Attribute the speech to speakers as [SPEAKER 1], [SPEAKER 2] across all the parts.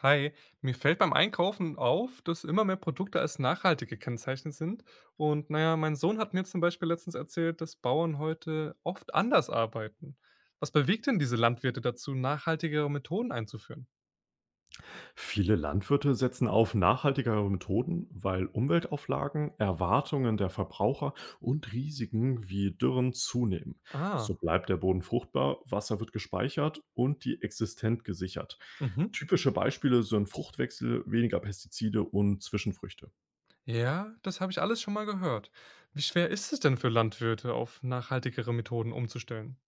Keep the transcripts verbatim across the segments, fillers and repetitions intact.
[SPEAKER 1] Hi, mir fällt beim Einkaufen auf, dass immer mehr Produkte als nachhaltig gekennzeichnet sind. Und naja, mein Sohn hat mir zum Beispiel letztens erzählt, dass Bauern heute oft anders arbeiten. Was bewegt denn diese Landwirte dazu, nachhaltigere Methoden einzuführen?
[SPEAKER 2] Viele Landwirte setzen auf nachhaltigere Methoden, weil Umweltauflagen, Erwartungen der Verbraucher und Risiken wie Dürren zunehmen. So
[SPEAKER 1] Ah,
[SPEAKER 2] bleibt der Boden fruchtbar, Wasser wird gespeichert und die Existenz gesichert.
[SPEAKER 1] mhm.
[SPEAKER 2] Typische Beispiele sind Fruchtwechsel, weniger Pestizide und Zwischenfrüchte.
[SPEAKER 1] Ja, das habe ich alles schon mal gehört. Wie schwer ist es denn für Landwirte, auf nachhaltigere Methoden umzustellen?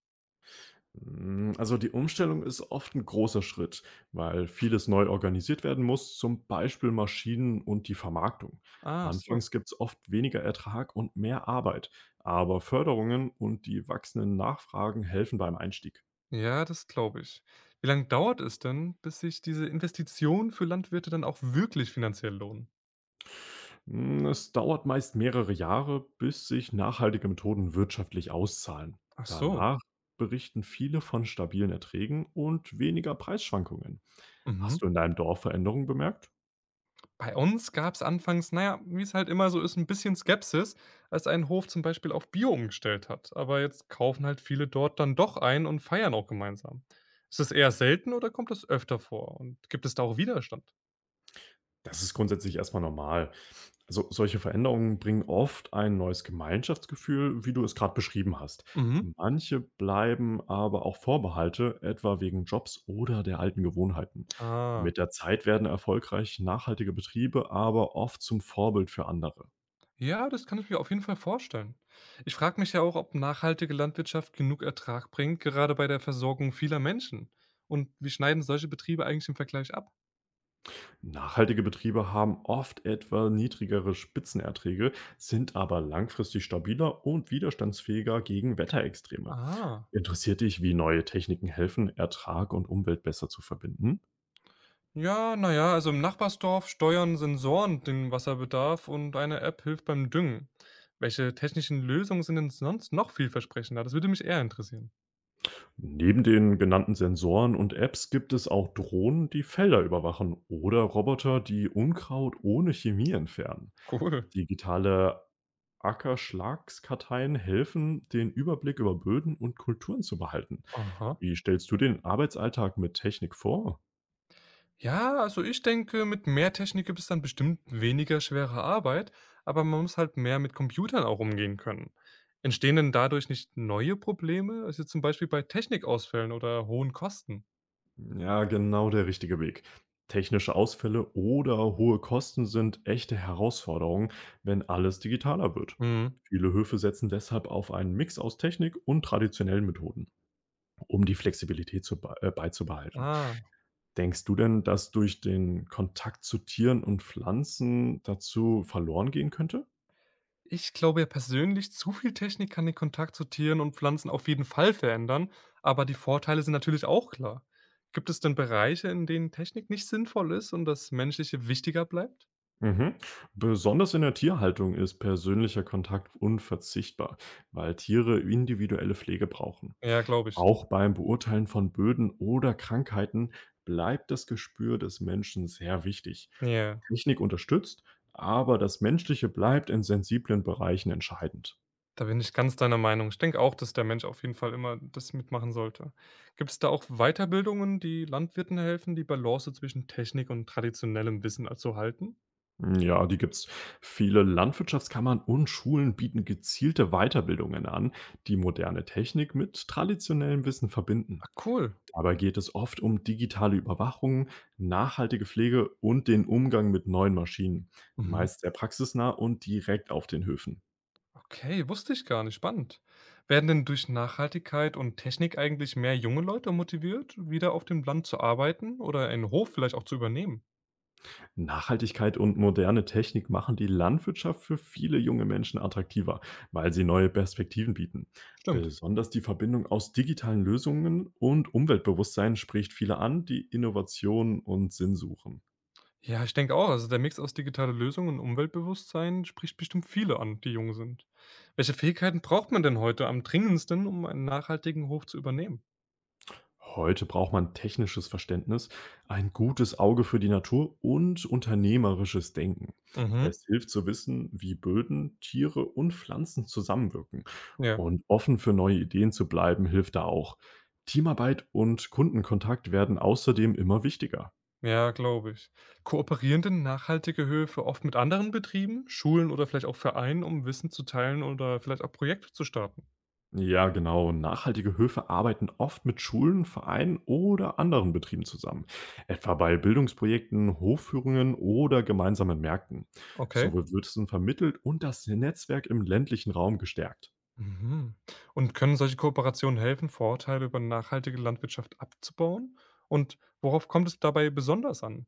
[SPEAKER 2] Hm, also, die Umstellung ist oft ein großer Schritt, weil vieles neu organisiert werden muss, zum Beispiel Maschinen und die Vermarktung.
[SPEAKER 1] Ah, so.
[SPEAKER 2] Anfangs gibt es oft weniger Ertrag und mehr Arbeit, aber Förderungen und die wachsenden Nachfragen helfen beim Einstieg.
[SPEAKER 1] Ja, das glaube ich. Wie lange dauert es denn, bis sich diese Investitionen für Landwirte dann auch wirklich finanziell lohnen?
[SPEAKER 2] Hm, es dauert meist mehrere Jahre, bis sich nachhaltige Methoden wirtschaftlich auszahlen.
[SPEAKER 1] Ach so,
[SPEAKER 2] Danach berichten viele von stabilen Erträgen und weniger Preisschwankungen.
[SPEAKER 1] mhm.
[SPEAKER 2] Hast du in deinem Dorf Veränderungen bemerkt?
[SPEAKER 1] Bei uns gab es anfangs, naja, wie es halt immer so ist, ein bisschen Skepsis, als ein Hof zum Beispiel auf Bio umgestellt hat. Aber jetzt kaufen halt viele dort dann doch ein und feiern auch gemeinsam. Ist das eher selten oder kommt das öfter vor? Und gibt es da auch Widerstand?
[SPEAKER 2] Das ist grundsätzlich erstmal normal. Also, solche Veränderungen bringen oft ein neues Gemeinschaftsgefühl, wie du es gerade beschrieben hast.
[SPEAKER 1] Mhm.
[SPEAKER 2] Manche bleiben aber auch Vorbehalte, etwa wegen Jobs oder der alten Gewohnheiten.
[SPEAKER 1] Ah.
[SPEAKER 2] Mit der Zeit werden erfolgreich nachhaltige Betriebe aber oft zum Vorbild für andere.
[SPEAKER 1] Ja, das kann ich mir auf jeden Fall vorstellen. Ich frage mich ja auch, ob nachhaltige Landwirtschaft genug Ertrag bringt, gerade bei der Versorgung vieler Menschen. Und wie schneiden solche Betriebe eigentlich im Vergleich ab?
[SPEAKER 2] Nachhaltige Betriebe haben oft etwa niedrigere Spitzenerträge, sind aber langfristig stabiler und widerstandsfähiger gegen Wetterextreme.
[SPEAKER 1] Ah.
[SPEAKER 2] Interessiert dich, wie neue Techniken helfen, Ertrag und Umwelt besser zu verbinden?
[SPEAKER 1] Ja, naja, also im Nachbarsdorf steuern Sensoren den Wasserbedarf und eine App hilft beim Düngen. Welche technischen Lösungen sind denn sonst noch vielversprechender? Das würde mich eher interessieren.
[SPEAKER 2] Neben den genannten Sensoren und Apps gibt es auch Drohnen, die Felder überwachen, oder Roboter, die Unkraut ohne Chemie entfernen.
[SPEAKER 1] Cool.
[SPEAKER 2] Digitale Ackerschlagskarteien helfen, den Überblick über Böden und Kulturen zu behalten.
[SPEAKER 1] Aha.
[SPEAKER 2] Wie stellst du den Arbeitsalltag mit Technik vor?
[SPEAKER 1] Ja, also ich denke, mit mehr Technik gibt es dann bestimmt weniger schwere Arbeit, aber man muss halt mehr mit Computern auch umgehen können. Entstehen denn dadurch nicht neue Probleme? Also zum Beispiel bei Technikausfällen oder hohen Kosten?
[SPEAKER 2] Ja, genau der richtige Weg. Technische Ausfälle oder hohe Kosten sind echte Herausforderungen, wenn alles digitaler wird.
[SPEAKER 1] Mhm.
[SPEAKER 2] Viele Höfe setzen deshalb auf einen Mix aus Technik und traditionellen Methoden, um die Flexibilität zu, bei- äh, beizubehalten.
[SPEAKER 1] Ah.
[SPEAKER 2] Denkst du denn, dass durch den Kontakt zu Tieren und Pflanzen dazu verloren gehen könnte?
[SPEAKER 1] Ich glaube ja persönlich, zu viel Technik kann den Kontakt zu Tieren und Pflanzen auf jeden Fall verändern, aber die Vorteile sind natürlich auch klar. Gibt es denn Bereiche, in denen Technik nicht sinnvoll ist und das Menschliche wichtiger bleibt?
[SPEAKER 2] Mhm. Besonders in der Tierhaltung ist persönlicher Kontakt unverzichtbar, weil Tiere individuelle Pflege brauchen.
[SPEAKER 1] Ja, glaube ich.
[SPEAKER 2] Auch beim Beurteilen von Böden oder Krankheiten bleibt das Gespür des Menschen sehr wichtig.
[SPEAKER 1] Ja,
[SPEAKER 2] Technik unterstützt, aber das Menschliche bleibt in sensiblen Bereichen entscheidend.
[SPEAKER 1] da bin ich ganz deiner Meinung. Ich denke auch, dass der Mensch auf jeden Fall immer das mitmachen sollte. Gibt es da auch Weiterbildungen, die Landwirten helfen, die Balance zwischen Technik und traditionellem Wissen zu halten?
[SPEAKER 2] Hm, Ja, die gibt's. Viele Landwirtschaftskammern und Schulen bieten gezielte Weiterbildungen an, die moderne Technik mit traditionellem Wissen verbinden.
[SPEAKER 1] Ah, cool.
[SPEAKER 2] Dabei geht es oft um digitale Überwachung, nachhaltige Pflege und den Umgang mit neuen Maschinen,
[SPEAKER 1] Mhm.
[SPEAKER 2] meist sehr praxisnah und direkt auf den Höfen.
[SPEAKER 1] Okay, wusste ich gar nicht. Spannend. Werden denn durch Nachhaltigkeit und Technik eigentlich mehr junge Leute motiviert, wieder auf dem Land zu arbeiten oder einen Hof vielleicht auch zu übernehmen?
[SPEAKER 2] Nachhaltigkeit und moderne Technik machen die Landwirtschaft für viele junge Menschen attraktiver, weil sie neue Perspektiven bieten.
[SPEAKER 1] Stimmt.
[SPEAKER 2] Besonders die Verbindung aus digitalen Lösungen und Umweltbewusstsein spricht viele an, die Innovationen und Sinn suchen.
[SPEAKER 1] Ja, ich denke auch. Also der Mix aus digitale Lösungen und Umweltbewusstsein spricht bestimmt viele an, die jung sind. Welche Fähigkeiten braucht man denn heute am dringendsten, um einen nachhaltigen Hof zu übernehmen?
[SPEAKER 2] Heute braucht man technisches Verständnis, ein gutes Auge für die Natur und unternehmerisches Denken.
[SPEAKER 1] Mhm.
[SPEAKER 2] Es hilft zu wissen, wie Böden, Tiere und Pflanzen zusammenwirken.
[SPEAKER 1] Ja.
[SPEAKER 2] Und offen für neue Ideen zu bleiben, hilft da auch. Teamarbeit und Kundenkontakt werden außerdem immer wichtiger.
[SPEAKER 1] Ja, glaube ich. Kooperieren denn nachhaltige Höfe oft mit anderen Betrieben, Schulen oder vielleicht auch Vereinen, um Wissen zu teilen oder vielleicht auch Projekte zu starten?
[SPEAKER 2] Ja, genau. Nachhaltige Höfe arbeiten oft mit Schulen, Vereinen oder anderen Betrieben zusammen. Etwa bei Bildungsprojekten, Hofführungen oder gemeinsamen Märkten. So
[SPEAKER 1] Okay.
[SPEAKER 2] wird Wissen vermittelt und das Netzwerk im ländlichen Raum gestärkt.
[SPEAKER 1] Mhm. Und können solche Kooperationen helfen, Vorurteile über nachhaltige Landwirtschaft abzubauen? Und worauf kommt es dabei besonders an?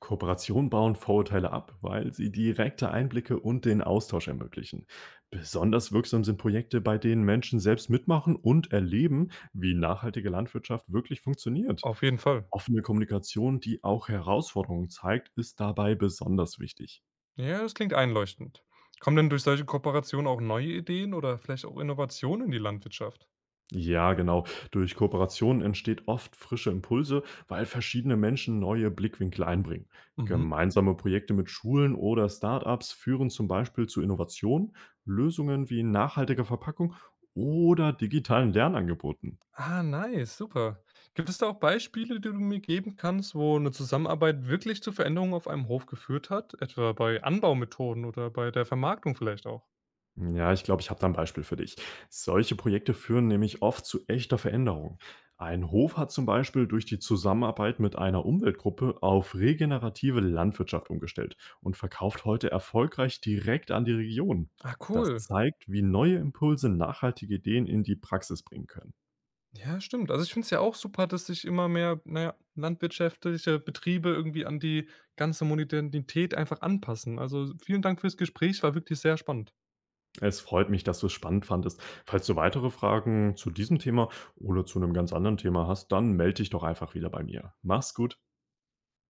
[SPEAKER 2] Kooperationen bauen Vorurteile ab, weil sie direkte Einblicke und den Austausch ermöglichen. Besonders wirksam sind Projekte, bei denen Menschen selbst mitmachen und erleben, wie nachhaltige Landwirtschaft wirklich funktioniert.
[SPEAKER 1] Auf jeden Fall.
[SPEAKER 2] Offene Kommunikation, die auch Herausforderungen zeigt, ist dabei besonders wichtig.
[SPEAKER 1] Ja, das klingt einleuchtend. Kommen denn durch solche Kooperationen auch neue Ideen oder vielleicht auch Innovationen in die Landwirtschaft?
[SPEAKER 2] Ja, genau. Durch Kooperationen entsteht oft frische Impulse, weil verschiedene Menschen neue Blickwinkel einbringen.
[SPEAKER 1] Mhm.
[SPEAKER 2] Gemeinsame Projekte mit Schulen oder Startups führen zum Beispiel zu Innovationen, Lösungen wie nachhaltiger Verpackung oder digitalen Lernangeboten.
[SPEAKER 1] Ah, nice, super. Gibt es da auch Beispiele, die du mir geben kannst, wo eine Zusammenarbeit wirklich zu Veränderungen auf einem Hof geführt hat? Etwa bei Anbaumethoden oder bei der Vermarktung vielleicht auch?
[SPEAKER 2] Ja, ich glaube, ich habe da 'n Beispiel für dich. Solche Projekte führen nämlich oft zu echter Veränderung. Ein Hof hat zum Beispiel durch die Zusammenarbeit mit einer Umweltgruppe auf regenerative Landwirtschaft umgestellt und verkauft heute erfolgreich direkt an die Region.
[SPEAKER 1] Ah,
[SPEAKER 2] Das
[SPEAKER 1] cool.
[SPEAKER 2] zeigt, wie neue Impulse nachhaltige Ideen in die Praxis bringen können.
[SPEAKER 1] Ja, stimmt. Also, ich finde es ja auch super, dass sich immer mehr, na ja, landwirtschaftliche Betriebe irgendwie an die ganze Modernität einfach anpassen. Also, vielen Dank fürs Gespräch, war wirklich sehr spannend.
[SPEAKER 2] Es freut mich, dass du es spannend fandest. Falls du weitere Fragen zu diesem Thema oder zu einem ganz anderen Thema hast, dann melde dich doch einfach wieder bei mir. Mach's gut.